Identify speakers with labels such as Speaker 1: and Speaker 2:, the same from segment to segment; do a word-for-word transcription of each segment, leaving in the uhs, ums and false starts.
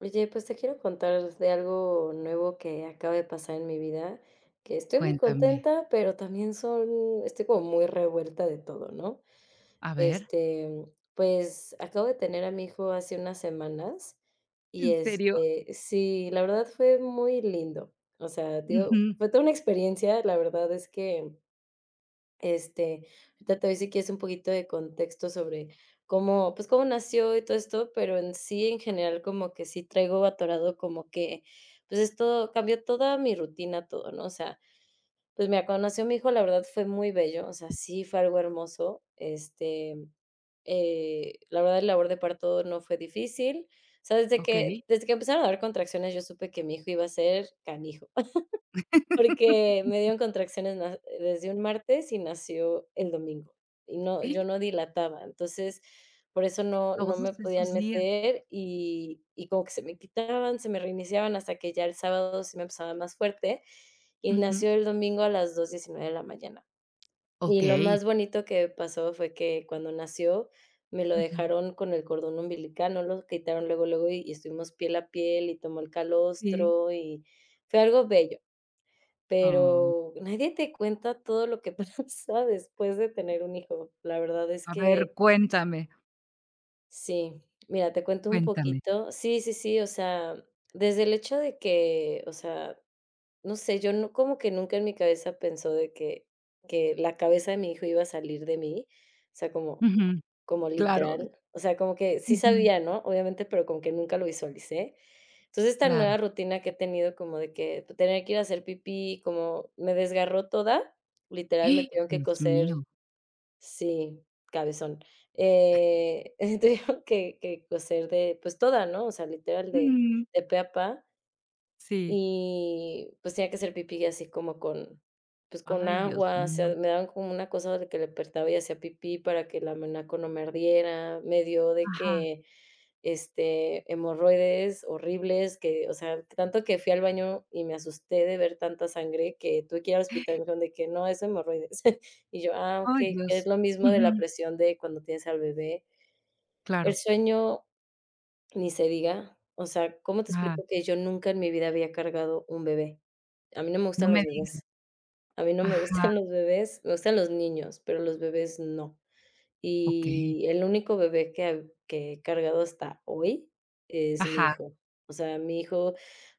Speaker 1: Oye, pues te quiero contar de algo nuevo que acaba de pasar en mi vida, que estoy muy
Speaker 2: Cuéntame.
Speaker 1: contenta, pero también son, estoy como muy revuelta de todo, ¿no?
Speaker 2: A ver.
Speaker 1: Este, pues acabo de tener a mi hijo hace unas semanas y
Speaker 2: ¿En serio?
Speaker 1: este, sí, la verdad fue muy lindo. O sea, digo,
Speaker 2: Ujú,
Speaker 1: fue toda una experiencia, la verdad es que este, ahorita te voy a decir que es un poquito de contexto sobre cómo, pues, cómo nació y todo esto, pero en sí, en general, como que sí traigo atorado como que, pues, esto cambió toda mi rutina, todo, ¿no? O sea, pues, mira, cuando nació mi hijo, la verdad fue muy bello, o sea, sí fue algo hermoso, este, eh, la verdad, el labor de parto no fue difícil, o sea, desde que
Speaker 2: okey.
Speaker 1: desde que empezaron a dar contracciones, yo supe que mi hijo iba a ser canijo. Porque me dieron contracciones na desde un martes y nació el domingo, y no yo no dilataba, entonces, por eso no no me
Speaker 2: Todos
Speaker 1: podían
Speaker 2: esos días.
Speaker 1: meter y y como que se me quitaban, se me reiniciaban hasta que ya el sábado sí me empezaba más fuerte, y
Speaker 2: Ujú.
Speaker 1: nació el domingo a las dos diecinueve de la mañana. Y lo
Speaker 2: Okey.
Speaker 1: más bonito que pasó fue que cuando nació, me lo
Speaker 2: Ujú.
Speaker 1: dejaron con el cordón umbilical, no lo quitaron luego, luego, y y estuvimos piel a piel, y tomó el
Speaker 2: Sí.
Speaker 1: calostro, y fue algo bello.
Speaker 2: Ah.
Speaker 1: Pero nadie te cuenta todo lo que pasa después de tener un hijo. La verdad es
Speaker 2: A ver,
Speaker 1: que
Speaker 2: cuéntame,
Speaker 1: sí. Mira, te cuento un
Speaker 2: cuéntame.
Speaker 1: poquito. Sí, sí, sí, o sea, desde el hecho de que, o sea, no sé, yo no como que nunca en mi cabeza pensó de que que la cabeza de mi hijo iba a salir de mí, o sea, como
Speaker 2: Ujú.
Speaker 1: como
Speaker 2: Claro.
Speaker 1: literal, o sea, como que sí
Speaker 2: Ujú.
Speaker 1: sabía, ¿no? Obviamente, pero como que nunca lo visualicé. Entonces, esta
Speaker 2: Claro.
Speaker 1: nueva rutina que he tenido como de que tener que ir a hacer pipí, como me desgarró toda, literal, me
Speaker 2: ¡Ah!
Speaker 1: tuvieron que
Speaker 2: Dios
Speaker 1: coser,
Speaker 2: mío.
Speaker 1: sí, cabezón. Eh, tuvieron que que coser de, pues, toda, ¿no? O sea, literal de
Speaker 2: Mm,
Speaker 1: de pe a pa.
Speaker 2: sí.
Speaker 1: Y, pues, tenía que hacer pipí así como con, pues, con
Speaker 2: Ay, Dios
Speaker 1: agua, o
Speaker 2: mío.
Speaker 1: sea, me daban como una cosa de que le apretaba y hacía pipí para que la menaco no me ardiera. Me dio de
Speaker 2: Ajá.
Speaker 1: que, este, hemorroides horribles que, o sea, tanto que fui al baño y me asusté de ver tanta sangre que tuve que ir al hospital, me dijeron de que: "No, es hemorroides". Y yo: "Ah, ok.
Speaker 2: Ay,
Speaker 1: Es
Speaker 2: Dios.
Speaker 1: lo mismo de la
Speaker 2: Ujú.
Speaker 1: presión de cuando tienes al bebé". El
Speaker 2: Claro.
Speaker 1: sueño, ni se diga. O sea, ¿cómo te
Speaker 2: Ajá.
Speaker 1: explico que yo nunca en mi vida había cargado un bebé? A mí no me
Speaker 2: No
Speaker 1: gustan
Speaker 2: me
Speaker 1: los
Speaker 2: digan.
Speaker 1: bebés. A mí no me
Speaker 2: Ajá.
Speaker 1: gustan los bebés, me gustan los niños, pero los bebés no.
Speaker 2: Okey.
Speaker 1: Y el único bebé que ha que he cargado hasta hoy es mi
Speaker 2: Ajá.
Speaker 1: hijo. O sea, mi hijo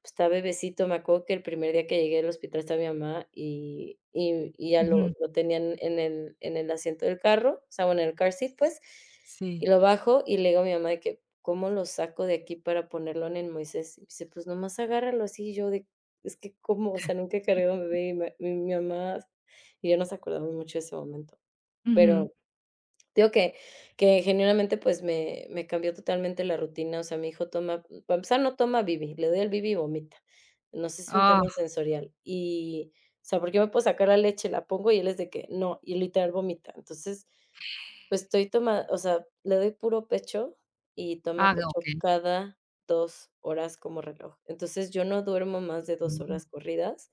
Speaker 1: está bebecito. Me acuerdo que el primer día que llegué al hospital estaba mi mamá y y y ya
Speaker 2: Ujú.
Speaker 1: lo lo tenían en el en el asiento del carro, o sea, bueno, en el car seat, pues,
Speaker 2: Sí.
Speaker 1: y lo bajo y le digo a mi mamá de que: "¿Cómo lo saco de aquí para ponerlo en el Moisés?". Y dice: "Pues nomás agárralo así". Y yo de: "Es que, ¿cómo?". O sea, nunca he cargado un bebé y me mi mi mamá y yo nos acordamos mucho de ese momento,
Speaker 2: Ujú.
Speaker 1: pero te digo que que genuinamente, pues, me me cambió totalmente la rutina, o sea, mi hijo toma, para empezar, no toma bibi, le doy el bibi y vomita. No sé si es un
Speaker 2: Ah.
Speaker 1: tema sensorial, y, o sea, porque yo me puedo sacar la leche, la pongo y él es de que: "No", y literal vomita. Entonces, pues, estoy toma, o sea, le doy puro pecho y toma
Speaker 2: Ah,
Speaker 1: pecho
Speaker 2: okey.
Speaker 1: cada dos horas como reloj. Entonces, yo no duermo más de dos
Speaker 2: Mío.
Speaker 1: horas corridas,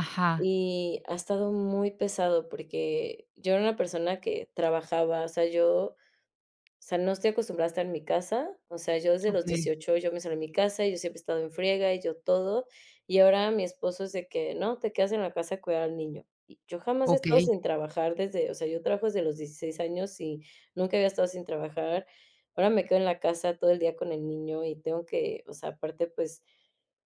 Speaker 2: Ajá.
Speaker 1: y ha estado muy pesado porque yo era una persona que trabajaba, o sea, yo, o sea, no estoy acostumbrada a estar en mi casa, o sea, yo desde los
Speaker 2: Okey,
Speaker 1: dieciocho yo me salí de mi casa, y yo siempre he estado en friega y yo todo, y ahora mi esposo es de que: "No, te quedas en la casa a cuidar al niño". Y yo jamás he estado
Speaker 2: okey.
Speaker 1: sin trabajar desde, o sea, yo trabajo desde los dieciséis años y nunca había estado sin trabajar. Ahora me quedo en la casa todo el día con el niño y tengo que, o sea, aparte, pues,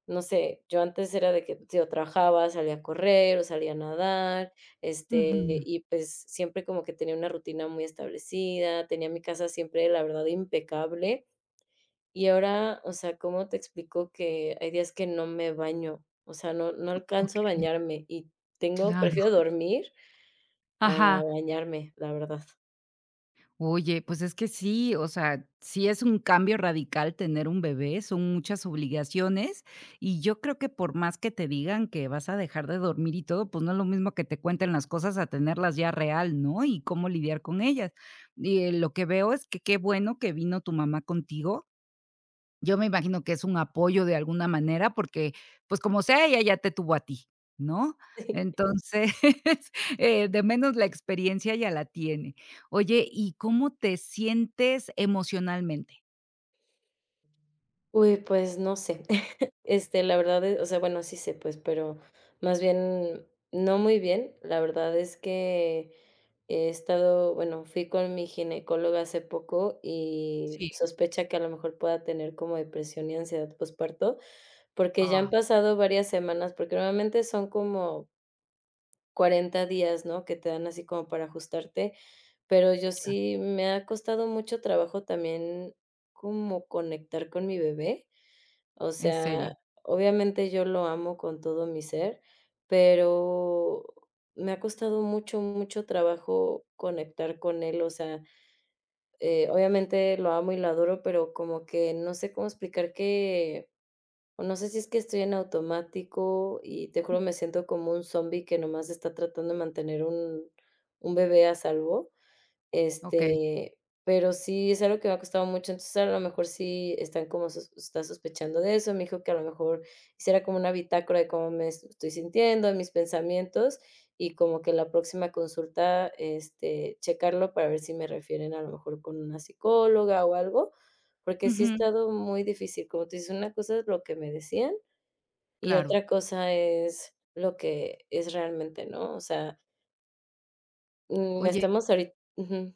Speaker 1: no sé, yo antes era de que, yo trabajaba, salía a correr o salía a nadar, este,
Speaker 2: Ujú.
Speaker 1: y pues siempre como que tenía una rutina muy establecida, tenía mi casa siempre, la verdad, impecable. Y ahora, o sea, ¿cómo te explico que hay días que no me baño? O sea, no, no alcanzo a
Speaker 2: Okey,
Speaker 1: bañarme y tengo,
Speaker 2: claro.
Speaker 1: prefiero dormir a
Speaker 2: Ajá.
Speaker 1: bañarme, la verdad.
Speaker 2: Oye, pues es que sí, o sea, sí es un cambio radical tener un bebé, son muchas obligaciones, y yo creo que por más que te digan que vas a dejar de dormir y todo, pues no es lo mismo que te cuenten las cosas a tenerlas ya real, ¿no? Y cómo lidiar con ellas. Y, eh, lo que veo es que qué bueno que vino tu mamá contigo. Yo me imagino que es un apoyo de alguna manera porque, pues, como sea, ella ya te tuvo a ti, ¿no? Entonces, eh, de menos la experiencia ya la tiene. Oye, ¿y cómo te sientes emocionalmente?
Speaker 1: Uy, pues no sé. Este, la verdad es, o sea, bueno, sí sé, pues, pero más bien no muy bien. La verdad es que he estado, bueno, fui con mi ginecóloga hace poco y
Speaker 2: Sí.
Speaker 1: sospecha que a lo mejor pueda tener como depresión y ansiedad postparto, porque ya han
Speaker 2: Ah,
Speaker 1: pasado varias semanas, porque normalmente son como cuarenta días, ¿no? Que te dan así como para ajustarte, pero yo
Speaker 2: ya,
Speaker 1: sí me ha costado mucho trabajo también como conectar con mi bebé. O
Speaker 2: en serio.
Speaker 1: sea, obviamente yo lo amo con todo mi ser, pero me ha costado mucho, mucho trabajo conectar con él. O sea, eh, obviamente lo amo y lo adoro, pero como que no sé cómo explicar que, o no sé si es que estoy en automático y te juro me siento como un zombie que nomás está tratando de mantener un, un bebé a salvo,
Speaker 2: Okey.
Speaker 1: este, pero sí es algo que me ha costado mucho, entonces, a lo mejor sí están como sos está sospechando de eso, me dijo que a lo mejor hiciera como una bitácora de cómo me es- estoy sintiendo, de mis pensamientos, y como que la próxima consulta, este, checarlo para ver si me refieren a lo mejor con una psicóloga o algo, porque sí ha
Speaker 2: Ujú,
Speaker 1: estado muy difícil, como tú dices, una cosa es lo que me decían y
Speaker 2: claro.
Speaker 1: otra cosa es lo que es realmente, ¿no? O sea, mm,
Speaker 2: Oye,
Speaker 1: estamos ahorita, ujú.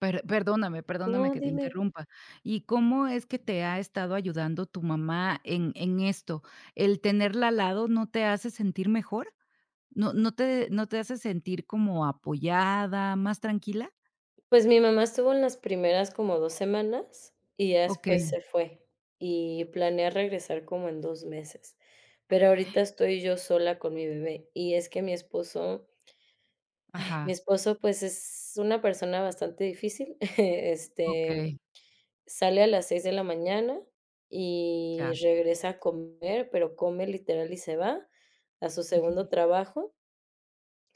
Speaker 2: per perdóname, perdóname
Speaker 1: No,
Speaker 2: que te
Speaker 1: dime.
Speaker 2: interrumpa. ¿Y cómo es que te ha estado ayudando tu mamá en en esto? ¿El tenerla al lado no te hace sentir mejor? ¿No no te no te hace sentir como apoyada, más tranquila?
Speaker 1: Pues, mi mamá estuvo en las primeras como dos semanas, y ya después
Speaker 2: Okey,
Speaker 1: se fue, y planea regresar como en dos meses. Pero ahorita estoy yo sola con mi bebé, y es que mi esposo, ay, mi
Speaker 2: ajá,
Speaker 1: esposo, pues, es una persona bastante difícil, este,
Speaker 2: okey,
Speaker 1: sale a las seis de la mañana
Speaker 2: ya.
Speaker 1: y regresa a comer, pero come literal y se va a su segundo
Speaker 2: Ujú,
Speaker 1: trabajo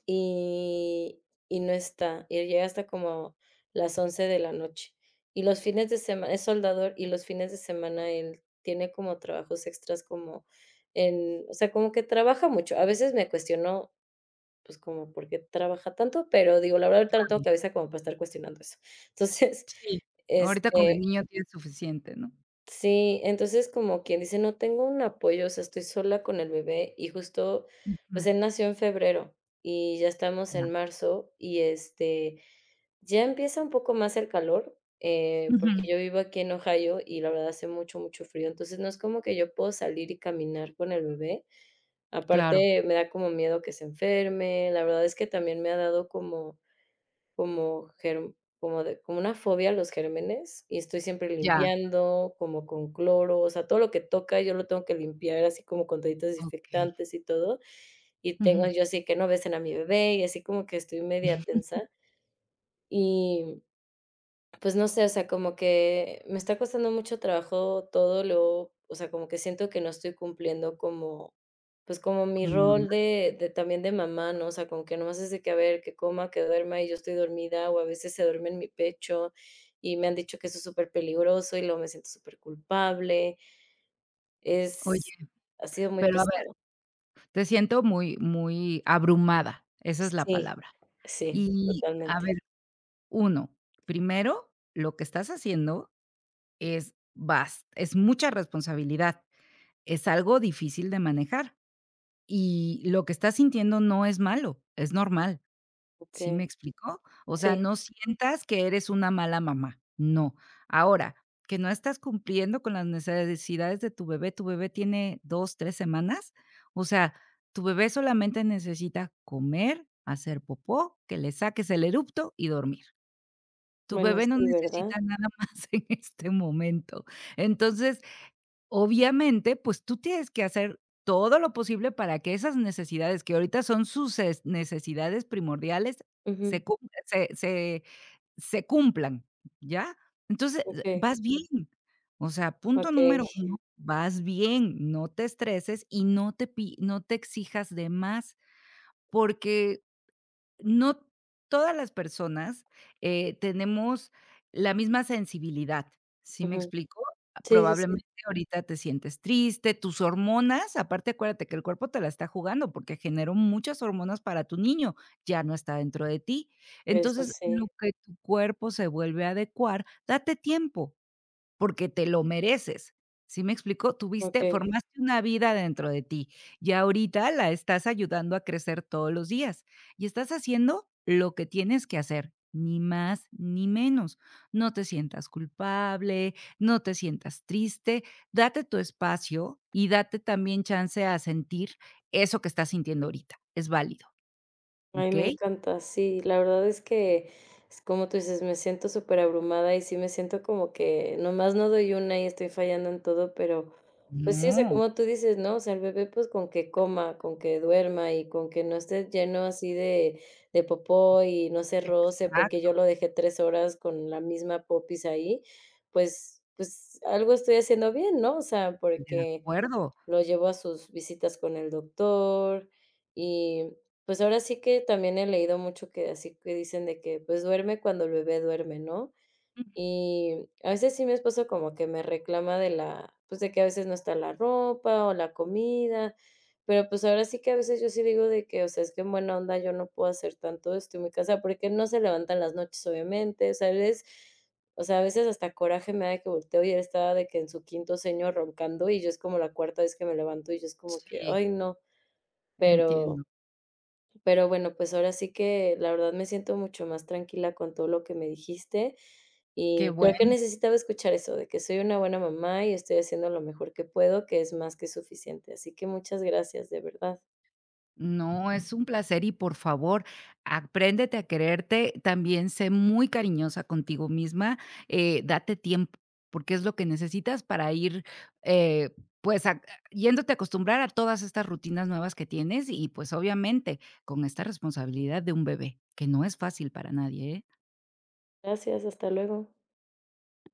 Speaker 1: y y no está, y llega hasta como las once de la noche. Y los fines de semana es soldador, y los fines de semana él tiene como trabajos extras como en, o sea, como que trabaja mucho. A veces me cuestiono, pues, como por qué trabaja tanto, pero digo, la verdad, ahorita no tengo
Speaker 2: claro.
Speaker 1: cabeza como para estar cuestionando eso. Entonces,
Speaker 2: Sí, ahorita con el
Speaker 1: este,
Speaker 2: niño tienes suficiente, ¿no?
Speaker 1: sí, entonces como quien dice, no tengo un apoyo, o sea, estoy sola con el bebé y justo, pues
Speaker 2: Ujú,
Speaker 1: él nació en febrero y ya estamos
Speaker 2: ya.
Speaker 1: en marzo y este, ya empieza un poco más el calor, eh,
Speaker 2: Ujú,
Speaker 1: porque yo vivo aquí en Ohio y la verdad hace mucho, mucho frío, entonces no es como que yo puedo salir y caminar con el bebé,
Speaker 2: claro,
Speaker 1: aparte me da como miedo que se enferme, la verdad es que también me ha dado como como germ como de como una fobia a los gérmenes, y estoy siempre
Speaker 2: ya,
Speaker 1: limpiando, como con cloro, o sea, todo lo que toca yo lo tengo que limpiar así como con toallitas
Speaker 2: okey.
Speaker 1: desinfectantes y todo. Y tengo
Speaker 2: Ujú,
Speaker 1: yo así que no besen a mi bebé y así como que estoy media
Speaker 2: ujú,
Speaker 1: tensa, y pues no sé, o sea, como que me está costando mucho trabajo todo lo, o sea, como que siento que no estoy cumpliendo como, pues como mi
Speaker 2: como mamá.
Speaker 1: rol de, de también de mamá, ¿no? O sea, como que nomás es de que a ver, que coma, que duerma y yo estoy dormida o a veces se duerme en mi pecho y me han dicho que eso es súper peligroso y luego me siento súper culpable.
Speaker 2: Oye,
Speaker 1: Es, ha sido muy
Speaker 2: pero a
Speaker 1: pesado.
Speaker 2: ver, te siento muy muy abrumada, esa es la
Speaker 1: Sí,
Speaker 2: palabra.
Speaker 1: sí,
Speaker 2: Y, a
Speaker 1: totalmente.
Speaker 2: ver, uno, primero, lo que estás haciendo es bast es mucha responsabilidad. Es algo difícil de manejar, y lo que estás sintiendo no es malo, es normal, ¿sí me
Speaker 1: Ok,
Speaker 2: explicó? O sea,
Speaker 1: sí,
Speaker 2: no sientas que eres una mala mamá, no. Ahora, que no estás cumpliendo con las necesidades de tu bebé, tu bebé tiene dos, tres semanas, o sea, tu bebé solamente necesita comer, hacer popó, que le saques el eructo y dormir. Tu
Speaker 1: bueno,
Speaker 2: bebé no
Speaker 1: sí,
Speaker 2: necesita
Speaker 1: ¿verdad?
Speaker 2: nada más en este momento. Entonces, obviamente, pues tú tienes que hacer todo lo posible para que esas necesidades, que ahorita son sus es necesidades primordiales,
Speaker 1: Ujú.
Speaker 2: se cum se se se cumplan, ¿ya? Entonces,
Speaker 1: Ok,
Speaker 2: eh, vas bien. O sea, punto número
Speaker 1: ok.
Speaker 2: uno, vas bien, no te estreses y no te pi no te exijas de más, porque no todas las personas, eh, tenemos la misma sensibilidad, ¿sí me
Speaker 1: Ujú.
Speaker 2: explico?
Speaker 1: Sí, sí, sí.
Speaker 2: Probablemente ahorita te sientes triste, tus hormonas, aparte acuérdate que el cuerpo te la está jugando porque generó muchas hormonas para tu niño, ya no está dentro de ti.
Speaker 1: Eso
Speaker 2: Entonces, en lo
Speaker 1: sí,
Speaker 2: que tu cuerpo se vuelve a adecuar, date tiempo. Porque te lo mereces, ¿sí me explico? Tuviste sí,
Speaker 1: okey.
Speaker 2: formaste una vida dentro de ti y ahorita la estás ayudando a crecer todos los días, y estás haciendo lo que tienes que hacer, ni más ni menos. No te sientas culpable, no te sientas triste, date tu espacio y date también chance a sentir eso que estás sintiendo ahorita, es válido,
Speaker 1: Ay,
Speaker 2: ¿ok?
Speaker 1: me encanta. Sí, la verdad es que, es como tú dices, me siento superabrumada y sí me siento como que nomás no doy una y estoy fallando en todo, pero, pues sí, o sea,
Speaker 2: No,
Speaker 1: como tú dices, ¿no? O sea, el bebé, pues, con que coma, con que duerma y con que no esté lleno así de de popó y no se roce, porque yo
Speaker 2: exacto,
Speaker 1: lo dejé tres horas con la misma popis ahí, pues pues algo estoy haciendo bien, ¿no? O sea,
Speaker 2: de
Speaker 1: porque
Speaker 2: acuerdo.
Speaker 1: lo llevo a sus visitas con el doctor y, pues, ahora sí que también he leído mucho que así que dicen de que, pues, duerme cuando el bebé duerme, ¿no?
Speaker 2: Mm,
Speaker 1: Y a veces sí mi esposo como que me reclama de la, pues, de que a veces no está la ropa o la comida, pero, pues, ahora sí que a veces yo sí digo de que, o sea, es que en buena onda yo no puedo hacer tanto esto en mi casa, porque no se levantan las noches, obviamente, o sea, él es, o sea, a veces hasta coraje me da de que volteo y él estaba de que en su quinto sueño roncando, y yo es como la cuarta vez que me levanto, y yo es como que:
Speaker 2: sí,
Speaker 1: "Ay, no", pero
Speaker 2: entiendo,
Speaker 1: pero bueno, pues ahora sí que la verdad me siento mucho más tranquila con todo lo que me dijiste,
Speaker 2: qué
Speaker 1: y
Speaker 2: bueno.
Speaker 1: creo que necesitaba escuchar eso, de que soy una buena mamá y estoy haciendo lo mejor que puedo, que es más que suficiente. Así que muchas gracias, de verdad.
Speaker 2: No, es un placer y por favor, apréndete a quererte, también sé muy cariñosa contigo misma, eh, date tiempo, porque es lo que necesitas para ir, eh, pues, a- yéndote a acostumbrar a todas estas rutinas nuevas que tienes y pues obviamente con esta responsabilidad de un bebé, que no es fácil para nadie, ¿eh?
Speaker 1: Gracias, hasta luego.